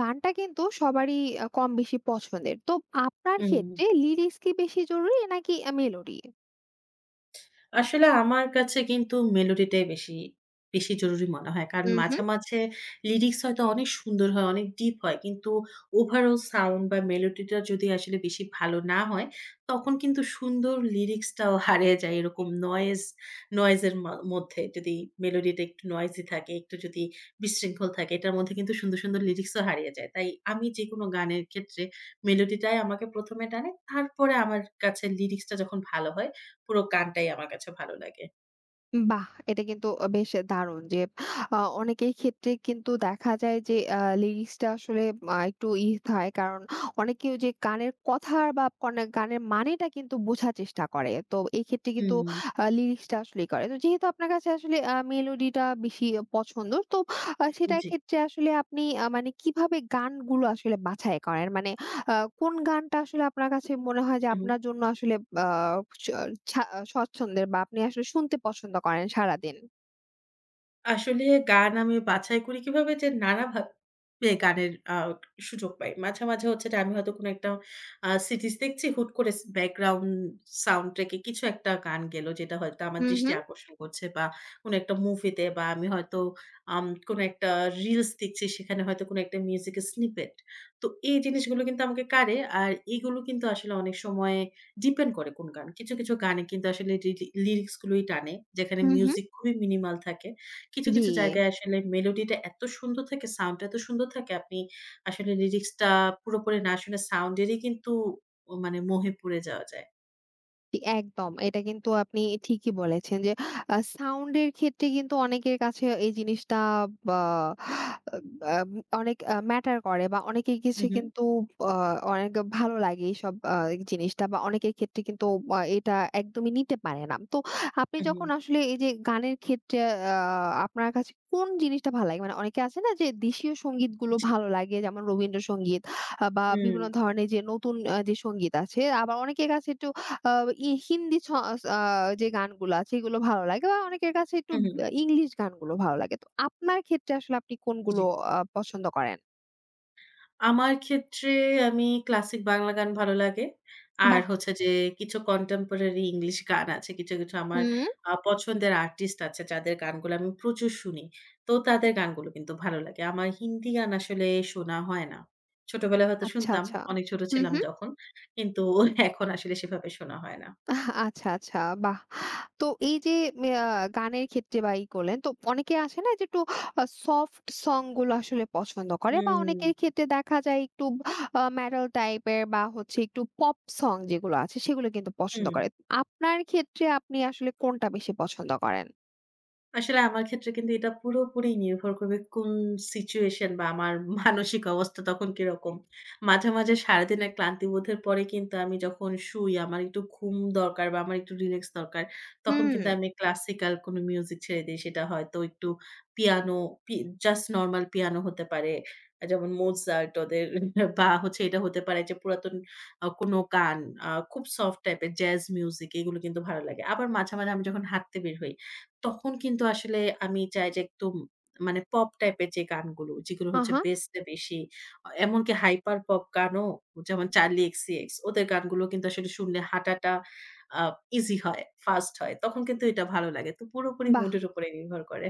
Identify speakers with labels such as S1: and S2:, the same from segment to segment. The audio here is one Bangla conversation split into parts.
S1: গানটা কিন্তু সবারই কম বেশি পছন্দের। তো আপনার
S2: হুম,
S1: ক্ষেত্রে লিরিক্স কি বেশি জরুরি নাকি মেলোডি?
S2: আসলে আমার কাছে কিন্তু মেলোডিটাই বেশি, বেশি জরুরি মনে হয়। কারণ মাঝামাঝি লিরিক্স হয়তো অনেক সুন্দর হয়, অনেক ডিপ হয়। কিন্তু ওভারঅল সাউন্ড বা মেলোডিটা যদি আসলে বেশি ভালো না হয়, তখন কিন্তু সুন্দর লিরিক্সটাও হারিয়ে যায়। এরকম নয়েজ নয়েজ এর মধ্যে যদি মেলোডিটা একটু নয়েজি থাকে, একটু যদি বিশৃঙ্খল থাকে, এটার মধ্যে কিন্তু সুন্দর, সুন্দর লিরিক্সও হারিয়ে যায়। তাই আমি যেকোনো গানের ক্ষেত্রে মেলোডিটাই আমাকে ১ম এ টানে। তারপরে আমার কাছে লিরিক্সটা যখন ভালো হয়, পুরো গানটাই আমার কাছে ভালো লাগে।
S1: বাহ! এটা কিন্তু বেশ দারুণ যে অনেকের ক্ষেত্রে কিন্তু দেখা যায় যে লিরিক্সটা আসলে একটু হয় কারণ অনেকেও যে গানের কথা বা গানের মানেটা কিন্তু বোঝার চেষ্টা করে। তো এই ক্ষেত্রে কিন্তু
S2: হুম,
S1: লিরিক্সটা আসলেই করে। তো যেহেতু আপনার কাছে আসলে মেলোডিটা বেশি পছন্দ, তো সেটার
S2: জি।
S1: ক্ষেত্রে আসলে আপনি মানে কিভাবে গানগুলো আসলে বাছাই করেন? মানে আ কোন গানটা আসলে আপনার কাছে মনে হয় যে
S2: হুম।
S1: আপনার জন্য আসলে আ স ছা স্বচ্ছন্দের বা আপনি আসলে শুনতে পছন্দ করেন সারাদিন?
S2: আসলে গান আমি বাছাই করি কিভাবে যে নানাভাবে গানের সুযোগ পাই। মাঝে, মাঝে হচ্ছে যে আমি হয়তো কোনো একটা সিরিজ দেখছি হুট করে ব্যাকগ্রাউন্ড সাউন্ড ট্র্যাকে কিছু একটা গান গেল যেটা হয়তো আমার
S1: হু,
S2: দৃষ্টি
S1: হু,
S2: আকর্ষণ করছে বা কোনো একটা মুভিতে বা আমি হয়তো কোনো একটা রিলস দেখছি সেখানে হয়তো কোনো একটা মিউজিকের স্নিপেট। তো এই জিনিসগুলো কিন্তু আমাকে কাড়ে। আর এগুলো কিন্তু আসলে অনেক সময় ডিপেন্ড করে কোন গান। কিছু, কিছু গানে কিন্তু আসলে লিরিক্স গুলোই টানে যেখানে
S1: হু, হু।
S2: মিউজিক খুবই মিনিমাল থাকে। কিছু,
S1: জি।
S2: কিছু জায়গায় আসলে মেলোডিটা এত সুন্দর থাকে, সাউন্ডটা এত সুন্দর থাকে, আপনি আসলে লিরিক্সটা পুরোপুরি না শুনে সাউন্ডেরই কিন্তু মানে মোহে পড়ে যাওয়া যায়।
S1: জি, একদম। এটা কিন্তু আপনি ঠিকই বলেছেন যে সাউন্ড এর ক্ষেত্রে কিন্তু অনেকের কাছে এই জিনিসটা বা আম অনেক ম্যাটার করে, বা অনেকের
S2: হু,
S1: কাছে
S2: হু,
S1: কিন্তু আ অনেক ভালো লাগে এইসব জিনিসটা, বা অনেকের ক্ষেত্রে কিন্তু এটা একদমই নিতে পারে না। তো আপনি
S2: হু, হু।
S1: যখন আসলে এই যে গানের ক্ষেত্রে আ আপনার কাছে কোন জিনিসটা ভালো লাগে? মানে অনেকে আছে না যে দেশীয় সঙ্গীতগুলো
S2: জি।
S1: ভালো লাগে, যেমন রবীন্দ্রসঙ্গীত বা
S2: হুম,
S1: বিভিন্ন ধরনের যে নতুন যে সঙ্গীত আছে, আবার অনেকের কাছে একটু আ ই হিন্দি ছ স আ যে গানগুলা আছে এগুলো ভালো লাগে, বা অনেকের কাছে একটু
S2: হু, হু।
S1: ইংলিশ গানগুলো ভালো লাগে। তো আপনার ক্ষেত্রে আসলে আপনি
S2: জি।
S1: কোনগুলো পছন্দ করেন?
S2: আমার ক্ষেত্রে আমি ক্লাসিক বাংলা গান ভালো লাগে। আর
S1: বাহ!
S2: হচ্ছে যে কিছু contemporary ইংলিশ গান আছে। কিছু, কিছু আমার
S1: হুম।
S2: পছন্দের আর্টিস্ট আছে যাদের গানগুলো আমি প্রচুর শুনি। তো তাদের গানগুলো কিন্তু ভালো লাগে। আমার হিন্দি গান আসলে শোনা হয় না। ছোটবেলায় হয়তো
S1: আচ্ছা,
S2: শুনতাম,
S1: আচ্ছা।
S2: অনেক ছোট
S1: হু,
S2: ছিলাম
S1: হু।
S2: যখন। কিন্তু এখন আসলে সেভাবে শোনা হয় না।
S1: আচ্ছা, আচ্ছা। বাহ! তো এই যে আ গানের ক্ষেত্রে বা করলেন, তো অনেকে আসে না যে একটু সফট সং গুলো আসলে পছন্দ করে, বা
S2: হুম,
S1: অনেকের ক্ষেত্রে দেখা যায় একটু মেটাল টাইপের বা হচ্ছে একটু পপ সং যেগুলো আছে সেগুলো কিন্তু পছন্দ
S2: হুম।
S1: করে। আপনার ক্ষেত্রে আপনি আসলে কোনটা বেশি পছন্দ করেন?
S2: আসলে আমার ক্ষেত্রে কিন্তু এটা পুরোপুরি নির্ভর করবে কোন সিচুয়েশন বা আমার মানসিক অবস্থা তখন কিরকম। মাঝে, মাঝে সারাদিনের ক্লান্তিবোধের পরে কিন্তু আমি যখন শুই আমার একটু ঘুম দরকার বা আমার একটু রিল্যাক্স দরকার। তখন
S1: হুম।
S2: কিন্তু আমি ক্লাসিক্যাল কোনো মিউজিক ছেড়ে দেই। সেটা হয়তো একটু পিয়ানো পি জাস্ট নরমাল পিয়ানো হতে পারে। যেমন Mozart ওদের বা হচ্ছে এটা হতে পারে যে পুরাতন কোনো গান খুব সফট টাইপের জ্যাজ মিউজিক এগুলো কিন্তু ভালো লাগে। আবার মাঝে, মাঝে আমি যখন হাঁটতে বের হই তখন কিন্তু আসলে আমি চাই যে একদম মানে পপ টাইপের যে গানগুলো, যেগুলো হচ্ছে
S1: আহা!
S2: বেসটা বেশি। এমনকি হাইপার পপ গানও যেমন 'Charli XCX' ওদের গানগুলো কিন্তু আসলে শুনলে হাঁটাটা আ ইজি হয়, ফাস্ট হয়। তখন কিন্তু এটা ভালো লাগে। তো পুরোপুরি
S1: বা
S2: মুডের উপরে নির্ভর করে।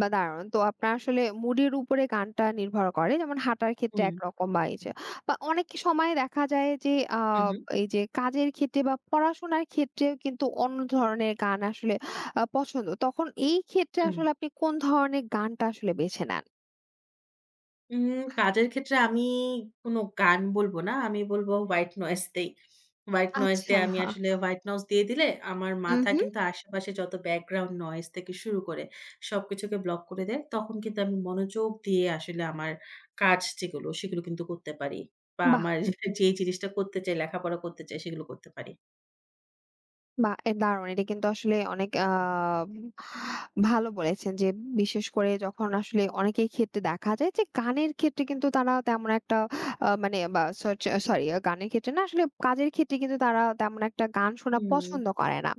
S1: বা দারুণ। তো আপনার আসলে মুডের উপরে গানটা নির্ভর করে। যেমন হাঁটার ক্ষেত্রে
S2: হুম,
S1: একরকম, বা এই যে বা অনেক সময় দেখা যায় যে আ
S2: হু, হু,
S1: এই যে কাজের ক্ষেত্রে বা পড়াশোনার ক্ষেত্রেও কিন্তু অন্য ধরনের গান আসলে পছন্দ। তখন এই ক্ষেত্রে
S2: হুম।
S1: আসলে আপনি কোন ধরনের গানটা আসলে বেছে নেন?
S2: উম কাজের ক্ষেত্রে আমি কোনো গান বলবো না। আমি বলব হোয়াইট নয়েজ দেই।
S1: আচ্ছা, হা।
S2: হোয়াইট নয়েজ দিয়ে দিলে আমার
S1: হু,
S2: মাথা
S1: হু।
S2: কিন্তু আশেপাশে যত ব্যাকগ্রাউন্ড নয়েজ থেকে শুরু করে সবকিছুকে ব্লক করে দেয়। তখন কিন্তু আমি মনোযোগ দিয়ে আসলে আমার কাজ যেগুলো সেগুলো কিন্তু করতে পারি। বা
S1: বাহ!
S2: আমার যে জিনিসটা করতে চাই, লেখাপড়া করতে চাই সেগুলো করতে পারি।
S1: বাহ! এ দারুণ। এটা কিন্তু আসলে অনেক ভালো বলেছেন যে, বিশেষ করে যখন আসলে অনেকের ক্ষেত্রে দেখা যায় যে গানের ক্ষেত্রে কিন্তু তারা তেমন একটা মানে বা সরি, গানের ক্ষেত্রে না, আসলে কাজের ক্ষেত্রে কিন্তু তারা তেমন একটা গান শোনা
S2: হুম,
S1: পছন্দ করে না।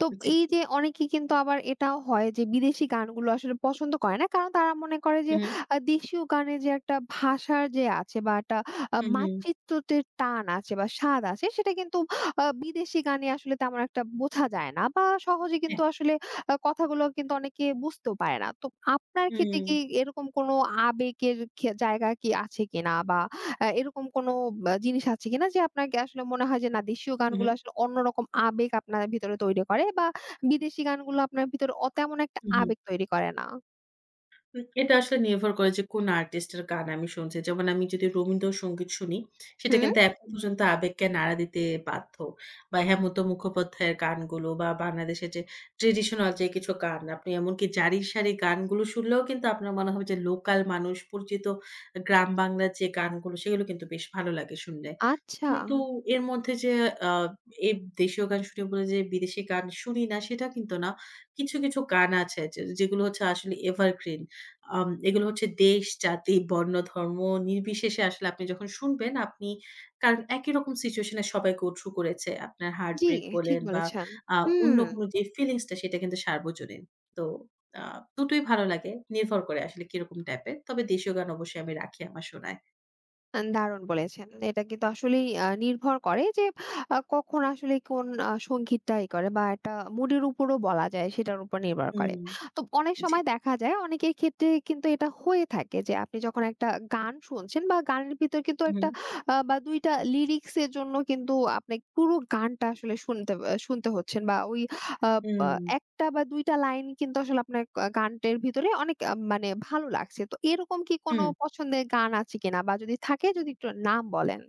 S1: তো
S2: জি।
S1: এই যে অনেকে কিন্তু আবার এটাও হয় যে বিদেশি গানগুলো আসলে পছন্দ করে না, কারণ তারা মনে করে
S2: হু,
S1: যে
S2: হু,
S1: দেশীয় গানে যে একটা ভাষার যে আছে বা একটা
S2: হু, হু।
S1: মাতৃত্বতের টান আছে বা স্বাদ আছে সেটা কিন্তু বিদেশি গানে আসলে তেমন একটা বোঝা যায় না বা সহজে
S2: হ্যাঁ।
S1: কিন্তু আসলে কথাগুলো কিন্তু অনেকে বুঝতেও পারে না। তো আপনার ক্ষেত্রে
S2: হুম,
S1: কি এরকম কোনো আবেগের জায়গা কি আছে কিনা? বা এরকম কোনো বা জিনিস আছে কিনা যে আপনাকে আসলে মনে হয় যে, না দেশীয়
S2: হু,
S1: গানগুলো আসলে অন্যরকম আবেগ আপনার ভিতরে তৈরি করে, বা বিদেশি গানগুলো আপনার ভিতরে তেমন একটা
S2: হু, হু।
S1: আবেগ তৈরি করে না?
S2: এটা আসলে নির্ভর করে যে কোন আর্টিস্টের গান আমি শুনছি। যেমন আমি যদি রবীন্দ্রসঙ্গীত শুনি, সেটা
S1: হুম।
S2: কিন্তু এখন পর্যন্ত আবেগকে নাড়া দিতে বাধ্য। বা হেমন্ত মুখোপাধ্যায়ের গানগুলো বা বাংলাদেশের যে ট্র্যাডিশনাল যে কিছু গান, আপনি এমনকি জারি-সারি গানগুলো শুনলেও কিন্তু আপনার মনে হবে যে লোকাল মানুষ পরিচিত গ্রাম বাংলার যে গানগুলো, সেগুলো কিন্তু বেশ ভালো লাগে শুনলে।
S1: আচ্ছা।
S2: কিন্তু এর মধ্যে যে আ এ দেশীয় গান শুনি বলে যে বিদেশি গান শুনি না সেটা কিন্তু না। কিছু, কিছু গান আছে যে যেগুলো হচ্ছে আসলে এভারগ্রিন। এগুলো হচ্ছে দেশ, জাতি, বর্ণ, ধর্ম নির্বিশেষে আসলে আপনি যখন শুনবেন আপনি কারণ একই রকম সিচুয়েশন এ সবাই go through করেছে। আপনার
S1: জি,
S2: heartbreak
S1: ঠিক
S2: বলেন বা
S1: বলেছেন।
S2: আ
S1: হুম।
S2: অন্য কোনো যে ফিলিংস টা সেটা কিন্তু সার্বজনীন। তো আ দুটোই ভালো লাগে। নির্ভর করে আসলে কিরকম টাইপের। তবে দেশীয় গান অবশ্যই আমি রাখি আমার শোনায়।
S1: দারুণ বলেছেন। এটা কিন্তু আসলেই নির্ভর করে যে কখন আসলে কোন সংগীতটা করে, বা একটা মুডের উপরও বলা যায় সেটার উপর নির্ভর করে।
S2: হুম,
S1: তো অনেক
S2: জি।
S1: সময় দেখা যায় অনেকের ক্ষেত্রে কিন্তু এটা হয়ে থাকে যে, আপনি যখন একটা গান শুনছেন বা গানের ভিতর কিন্তু
S2: হুম,
S1: একটা বা ২ টা লিরিক্স এর জন্য কিন্তু আপনি পুরো গানটা আসলে শুনতে হচ্ছেন, বা ওই আ বা
S2: হুম।
S1: ১ টা বা ২ টা লাইন কিন্তু আসলে আপনার গানটার ভিতরে অনেক মানে ভালো লাগছে। তো এরকম কি কোনো
S2: হুম,
S1: পছন্দের গান আছে কিনা? বা যদি থাকে যদি একটু নাম বলেন?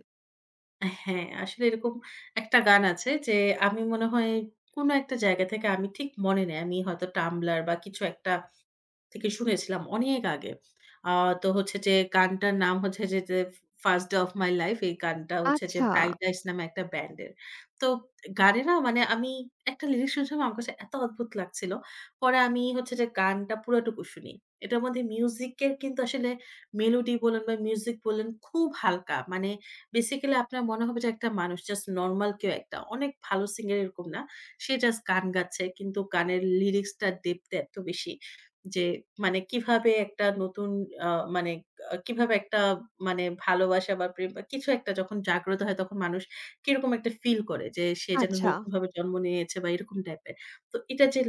S2: হ্যাঁ, আসলে এরকম একটা গান আছে যে আমি মনে হয় কোনো একটা জায়গা থেকে আমি ঠিক মনে নেই। আমি হয়তো Tumblr বা কিছু একটা থেকে শুনেছিলাম অনেক আগে। আ তো হচ্ছে যে গানটার নাম হচ্ছে যে যে, "First Day of My Life" এই গানটা হচ্ছে যে
S1: আচ্ছা,
S2: ব্রাইট আইস নামে একটা ব্যান্ডের। তো গানে না মানে আমি একটা লিরিক্স শুনছিলাম আমার কাছে এত অদ্ভুত লাগছিল। পরে আমি হচ্ছে যে গানটা পুরাটুকু শুনি। এটার মধ্যে মিউজিকের কিন্তু আসলে মেলোডি বলেন বা মিউজিক বলেন খুব হালকা। মানে বেসিক্যালি আপনার মনে হবে যে একটা মানুষ জাস্ট নরমাল কেউ একটা। অনেক ভালো সিঙ্গার এরকম না। সে জাস্ট গান গাচ্ছে। কিন্তু গানের লিরিক্সটার ডেপথ এত বেশি। যে মানে কিভাবে একটা নতুন আ মানে কিভাবে একটা মানে ভালোবাসা বা প্রেম বা কিছু একটা যখন জাগ্রত হয় তখন মানুষ কিরকম একটা ফিল করে যে সে যেন
S1: আচ্ছা।
S2: নতুনভাবে জন্ম নিয়েছে বা এরকম টাইপের। তো এটা যে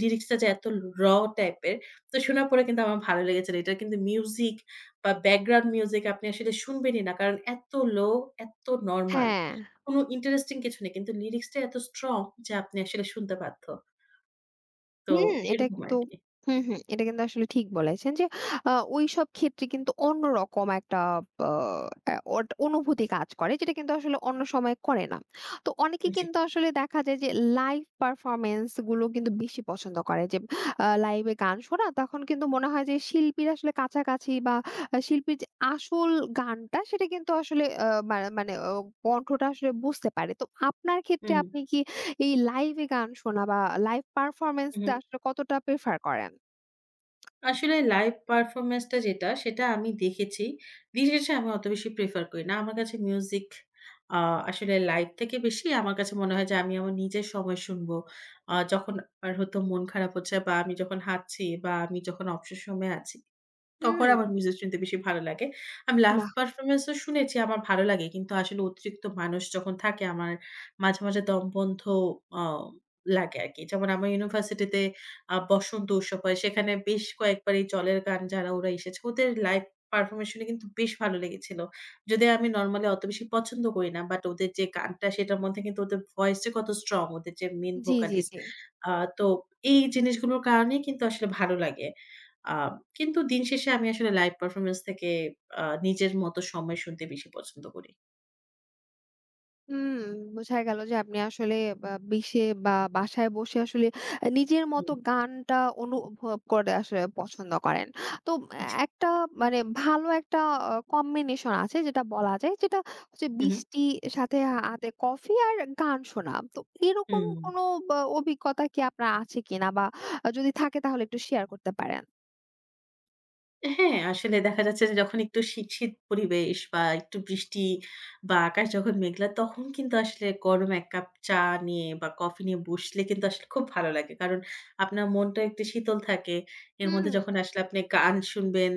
S2: লিরিক্সটা যে এত র টাইপের তো শোনার পরে কিন্তু আমার ভালো লেগেছিল। এটার কিন্তু মিউজিক বা ব্যাকগ্রাউন্ড মিউজিক আপনি আসলে শুনবেনই না। কারণ এত লো, এত নরমাল।
S1: হ্যাঁ।
S2: কোন ইন্টারেস্টিং কিছু নেই। কিন্তু লিরিক্সটা এত স্ট্রং যে আপনি আসলে শুনতে বাধ্য। তো
S1: হুম, এটা
S2: এরকম
S1: কিন্তু
S2: আরকি।
S1: হুম, হুম। এটা কিন্তু আসলে ঠিক বলেছেন যে ওইসব ক্ষেত্রে কিন্তু অন্যরকম একটা আ অ্যা অট অনুভূতি কাজ করে, যেটা কিন্তু আসলে অন্য সময় করে না। তো অনেকে
S2: জি।
S1: কিন্তু আসলে দেখা যায় যে লাইভ পারফরম্যান্স গুলো কিন্তু বেশি পছন্দ করে, যে লাইভে গান শোনা তখন কিন্তু মনে হয় যে শিল্পীর আসলে কাছাকাছি, বা শিল্পীর যে আসল গানটা সেটা কিন্তু আসলে আ মা মানে কণ্ঠটা আসলে বুঝতে পারে। তো আপনার ক্ষেত্রে
S2: হুম,
S1: আপনি কি এই লাইভে গান শোনা বা লাইভ পারফরম্যান্স
S2: হু, হু।
S1: টা আসলে কতটা প্রেফার করেন?
S2: আসলে লাইভ পারফরম্যান্স টা যেটা, সেটা আমি দেখেছি। দিন শেষে আমি অত বেশি প্রেফার করি না। আমার কাছে মিউজিক আ আসলে লাইভ থেকে বেশি আমার কাছে মনে হয় যে আমি আমার নিজের সময় শুনবো। যখন আর হয়তো মন খারাপ হচ্ছে বা আমি যখন হাঁটছি বা আমি যখন অবসর সময়ে আছি। তখন
S1: হুম,
S2: আমার মিউজিক শুনতে বেশি ভালো লাগে। আমি লাইভ
S1: বাহ!
S2: পারফরম্যান্স ও শুনেছি, আমার ভালো লাগে। কিন্তু আসলে অতিরিক্ত মানুষ যখন থাকে আমার মাঝে, মাঝে দমবন্ধ আ লাগে আরকি। যেমন আমার ইউনিভার্সিটিতে বসন্ত উৎসব হয়। সেখানে বেশ কয়েকবার এই জলের গান যারা ওরা এসেছে, ওদের লাইভ পারফরম্যান্স শুনে কিন্তু বেশ ভালো লেগেছিল। যদিও আমি নরমালি অত বেশি পছন্দ করি না। বাট ওদের যে গানটা সেটার মধ্যে কিন্তু ওদের ভয়েস যে কত স্ট্রং, ওদের যে মেইন
S1: জি, জি,
S2: ভোকালিস্ট।
S1: জি।
S2: আ তো এই জিনিসগুলোর কারণেই কিন্তু আসলে ভালো লাগে। আ কিন্তু দিন শেষে আমি আসলে লাইভ পারফরম্যান্স থেকে নিজের মতো সময় শুনতে বেশি পছন্দ করি।
S1: হুম, বোঝা গেল যে আপনি আসলে বা বিশে বা বাসায় বসে আসলে নিজের
S2: হুম,
S1: মতো গানটা অনুভব করে আসলে পছন্দ করেন। তো
S2: জি।
S1: একটা মানে ভালো একটা কম্বিনেশন আছে যেটা বলা যায়, যেটা হচ্ছে
S2: হু, হু।
S1: বৃষ্টি সাথে হাতে কফি আর গান শোনা। তো এরকম
S2: হুম।
S1: কোনো বা অভিজ্ঞতা কি আপনার আছে কিনা? বা যদি থাকে তাহলে একটু শেয়ার করতে পারেন।
S2: হ্যাঁ, আসলে দেখা যাচ্ছে যে যখন একটু শীত, শীত পরিবেশ বা একটু বৃষ্টি বা আকাশ যখন মেঘলা তখন কিন্তু আসলে গরম ১ কাপ চা নিয়ে বা কফি নিয়ে বসলে কিন্তু আসলে খুব ভালো লাগে। কারণ আপনার মনটা একটু শীতল থাকে। এর
S1: হুম।
S2: মধ্যে যখন আসলে আপনি গান শুনবেন,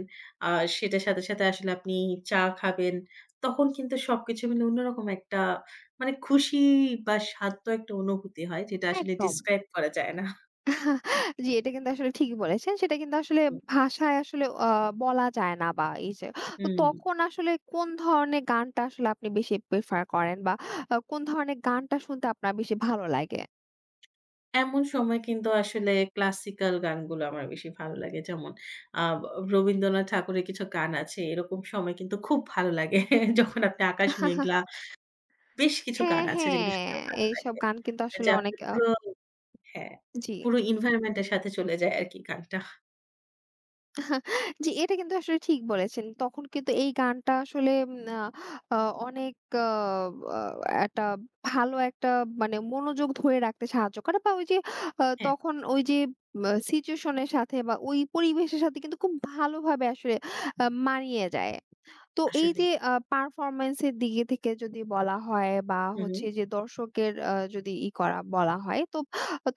S2: আ সেটার সাথে, সাথে আসলে আপনি চা খাবেন। তখন কিন্তু সবকিছু মিলে অন্যরকম একটা মানে খুশি বা শান্ত একটা অনুভূতি হয় যেটা আসলে
S1: একদম।
S2: ডিসক্রাইব করা যায় না।
S1: জি, এটা কিন্তু আসলে ঠিকই বলেছেন। সেটা কিন্তু আসলে ভাষায় আসলে বলা যায় না, বা এই যে, তো
S2: হুম।
S1: তখন আসলে কোন ধরনের গানটা আসলে আপনি বেশি প্রেফার করেন বা কোন ধরনের গানটা শুনতে আপনার বেশি ভালো লাগে?
S2: এমন সময় কিন্তু আসলে ক্লাসিক্যাল গানগুলো আমার বেশি ভালো লাগে। যেমন আ রবীন্দ্রনাথ ঠাকুরের কিছু গান আছে। এরকম সময় কিন্তু খুব ভালো লাগে। যখন আপনি আকাশ মেঘলা বেশ কিছু
S1: হ্যাঁ,
S2: গান আছে
S1: হ্যাঁ।
S2: যেগুলো শুনতে ভালো
S1: এইসব
S2: লাগে।
S1: গান কিন্তু
S2: যে
S1: আসলে
S2: আপনি
S1: অনেক
S2: পুরো হ্যাঁ,
S1: জি।
S2: পুরো এনভায়রনমেন্ট এর সাথে চলে যায় আরকি গানটা।
S1: জি, এটা কিন্তু আসলে ঠিক বলেছেন। তখন কিন্তু এই গানটা আসলে উম আ আ অনেক আ আ একটা ভালো একটা মানে মনোযোগ ধরে রাখতে সাহায্য করে, বা ওই যে
S2: হ্যাঁ,
S1: তখন ওই যে সিচুয়েশন এর সাথে বা ওই পরিবেশের সাথে কিন্তু খুব ভালোভাবে আসলে মানিয়ে যায়। তো এই
S2: আসলেই।
S1: যে পারফরম্যান্স এর দিকে থেকে যদি বলা হয় বা
S2: হু, হু,
S1: হচ্ছে যে দর্শকের যদি করা বলা হয়, তো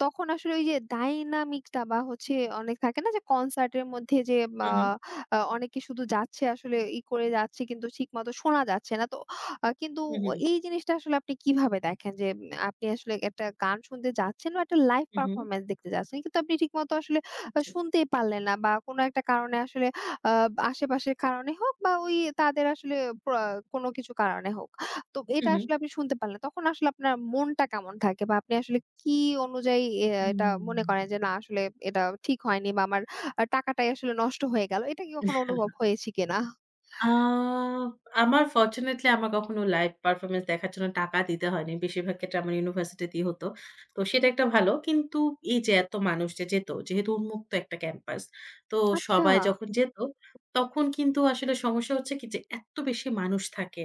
S1: তখন আসলে ওই যে ডাইনামিকটা বা হচ্ছে অনেক থাকে না যে কনসার্টের মধ্যে যে আ
S2: হু,
S1: আ অনেকে শুধু যাচ্ছে, আসলে করে যাচ্ছে কিন্তু ঠিকমতো শোনা যাচ্ছে না। তো কিন্তু
S2: হু, হু,
S1: এই জিনিসটা আসলে আপনি কিভাবে দেখেন যে, আপনি আসলে একটা গান শুনতে যাচ্ছেন বা একটা লাইভ
S2: হু, হু,
S1: পারফরম্যান্স দেখতে যাচ্ছেন, কিন্তু আপনি ঠিকমতো আসলে
S2: জি।
S1: শুনতেই পারলেন না বা কোনো একটা কারণে আসলে আ আশেপাশের কারণে হোক বা ওই তাদের আসলে প্র কোনো কিছু কারণে হোক। তো
S2: হু,
S1: এটা
S2: হু।
S1: আসলে আপনি শুনতে পারলেন। তখন আসলে আপনার মনটা কেমন থাকে, বা আপনি আসলে কি অনুযায়ী এটা মনে করেন
S2: হুম।
S1: যে, "না আসলে এটা ঠিক হয়নি বা আমার টাকাটাই আসলে নষ্ট হয়ে গেল।" এটা কি কখনো অনুভব হয়েছে কিনা?
S2: আ আমার ফরচুনেটলি আমার কখনো লাইভ পারফরম্যান্স দেখার জন্য টাকা দিতে হয়নি। বেশিরভাগ ক্ষেত্রে আমার ইউনিভার্সিটিতেই হতো। তো সেটা একটা ভালো। কিন্তু এই যে এত মানুষ যে যেত, যেহেতু উন্মুক্ত একটা ক্যাম্পাস। তো
S1: আচ্ছা।
S2: সবাই যখন যেত, তখন কিন্তু আসলে সমস্যা হচ্ছে কি যে এত বেশি মানুষ থাকে।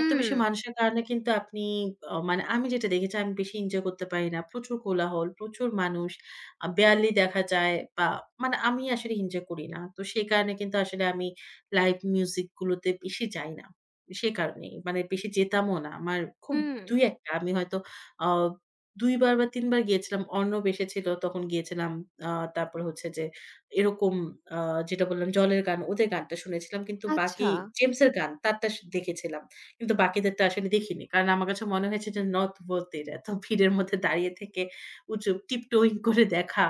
S2: এত বেশি মানুষের কারণে কিন্তু আপনি মানে আমি যেটা দেখেছি আমি বেশি এনজয় করতে পারি না। প্রচুর কোলাহল, প্রচুর মানুষ। বেয়ারলি দেখা যায় বা মানে আমি আসলে এনজয় করি না। তো সেই কারণে কিন্তু আসলে আমি লাইভ মিউজিক গুলোতে বেশি যাই না। সে কারণেই। মানে বেশি যেতামও না। আমার খুব
S1: হুম।
S2: ২-১ টা আমি হয়তো আ ২ বার বা ৩ বার গিয়েছিলাম। অর্ণব এসেছিল তখন গিয়েছিলাম। আ তারপরে হচ্ছে যে এরকম আ যেটা বললাম জলের গান ওদের গানটা শুনেছিলাম। কিন্তু বাকি
S1: আচ্ছা।
S2: জেমস এর গান তারটা স দেখেছিলাম। কিন্তু বাকিদেরটা আসলে দেখিনি। কারণ আমার কাছে মনে হয়েছে যে নট ওর্থ ইট এত ভিড়ের মধ্যে দাঁড়িয়ে থেকে উঁচু টিপটোইং করে দেখা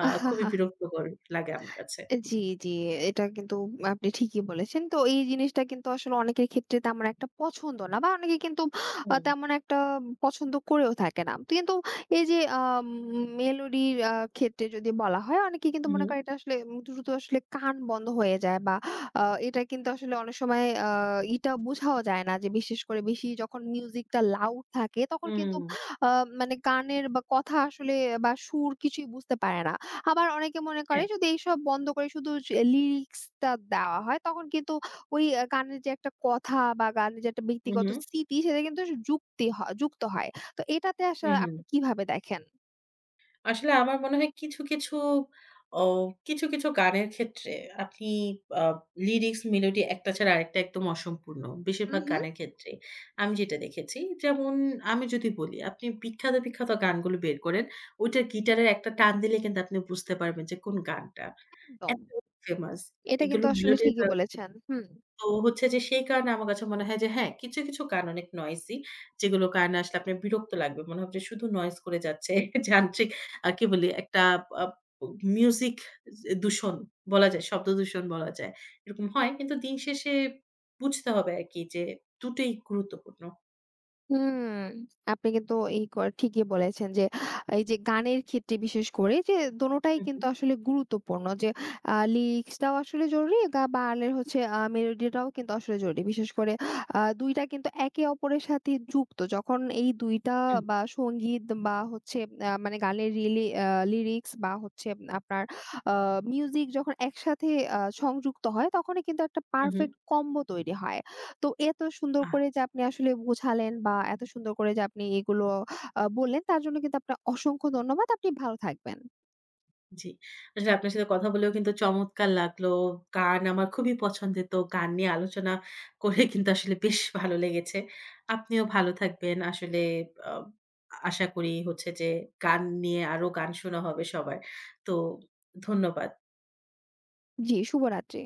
S2: খুবই বিরক্তকর লাগে আমার কাছে।
S1: জি, জি। এটা কিন্তু আপনি ঠিকই বলেছেন। তো এই জিনিসটা কিন্তু আসলে অনেকের ক্ষেত্রে তেমন একটা পছন্দ না, বা অনেকে কিন্তু
S2: হুম।
S1: তেমন একটা পছন্দ করেও থাকে না। তো কিন্তু এই যে মেলোডির ক্ষেত্রে যদি বলা হয়, অনেকে কিন্তু
S2: হু,
S1: মনে
S2: হু।
S1: করে এটা আসলে দ্রুত আসলে কান বন্ধ হয়ে যায়, বা আ এটা কিন্তু আসলে অনেক সময় এটা বোঝাও যায় না যে, বিশেষ করে বেশি যখন মিউজিকটা লাউড থাকে তখন কিন্তু
S2: হুম।
S1: আ মানে গানের বা কথা আসলে বা সুর কিছুই বুঝতে পারে না। আবার অনেকে মনে করে
S2: হ্যাঁ।
S1: যদি এইসব বন্ধ করে শুধু লিরিক্সটা দেওয়া হয়, তখন কিন্তু ওই গানের যে একটা কথা বা গানের যে একটা
S2: হু, হু,
S1: ব্যক্তিগত স্মৃতি সেটা কিন্তু যুক্তি যুক্ত হয়। তো এটাতে
S2: হু,
S1: আসলে
S2: হু।
S1: আপনি কিভাবে দেখেন?
S2: আসলে আমার মনে হয় কিছু, কিছু অ কিছু, কিছু গানের ক্ষেত্রে আপনি আ লিরিক্স, মেলোডি একটা ছাড়া আরেকটা একদম অসম্পূর্ণ।
S1: হু,
S2: বেশিরভাগ
S1: হু।
S2: গানের ক্ষেত্রে আমি যেটা দেখেছি। যেমন আমি যদি বলি আপনি বিখ্যাত, বিখ্যাত গানগুলো বের করেন। ওইটার গিটারের একটা টান দিলে কিন্তু আপনি বুঝতে পারবেন যে কোন গানটা।
S1: একদম।
S2: এত ফেমাস।
S1: এটা
S2: এগুলো
S1: কিন্তু আসলে
S2: মেলোডির
S1: ঠিকই
S2: কারণে
S1: বলেছেন। হুম।
S2: তো হচ্ছে যে সেই কারণে আমার কাছে মনে হয় যে হ্যাঁ, কিছু, কিছু গান অনেক নয়েজি যেগুলোর কারণে আসলে আপনার বিরক্ত লাগবে। মনে হবে যে শুধু নয়েজ করে যাচ্ছে। যান্ত্রিক কি বলি একটা আ মিউজিক দূষণ বলা যায়, শব্দ দূষণ বলা যায়। এরকম হয় কিন্তু দিন শেষে বুঝতে হবে আরকি যে দুটোই গুরুত্বপূর্ণ।
S1: হুম, আপনি কিন্তু এই ঠিকই বলেছেন যে, এই যে গানের ক্ষেত্রে বিশেষ করে যে দোনোটাই
S2: হু, হু,
S1: কিন্তু আসলে গুরুত্বপূর্ণ, যে লিরিক্সটাও আসলে জরুরি গা বা আলের হচ্ছে মেলোডিটাও কিন্তু আসলে জরুরি। বিশেষ করে ২ টা কিন্তু একে অপরের সাথে যুক্ত। যখন এই ২ টা
S2: হু,
S1: বা সংগীত বা হচ্ছে মানে গানের রিলি আ লিরিক্স বা হচ্ছে আপনার আ মিউজিক যখন একসাথে সংযুক্ত হয় তখনই কিন্তু একটা
S2: হু, হু।
S1: পারফেক্ট কম্বো তৈরি হয়। তো এত সুন্দর
S2: আ
S1: করে যে আপনি আসলে বোঝালেন, বা এত সুন্দর করে যে আপনি এগুলো বললেন তার জন্য কিন্তু আপনার অসংখ্য ধন্যবাদ। আপনি ভালো থাকবেন।
S2: জি। আসলে আপনার সাথে কথা বলেও কিন্তু চমৎকার লাগলো। গান আমার খুবই পছন্দের। তো গান নিয়ে আলোচনা করে কিন্তু আসলে বেশ ভালো লেগেছে। আপনিও ভালো থাকবেন। আসলে আ আশা করি হচ্ছে যে গান নিয়ে আরো গান শোনা হবে সবার। তো ধন্যবাদ।
S1: জি, শুভরাত্রি।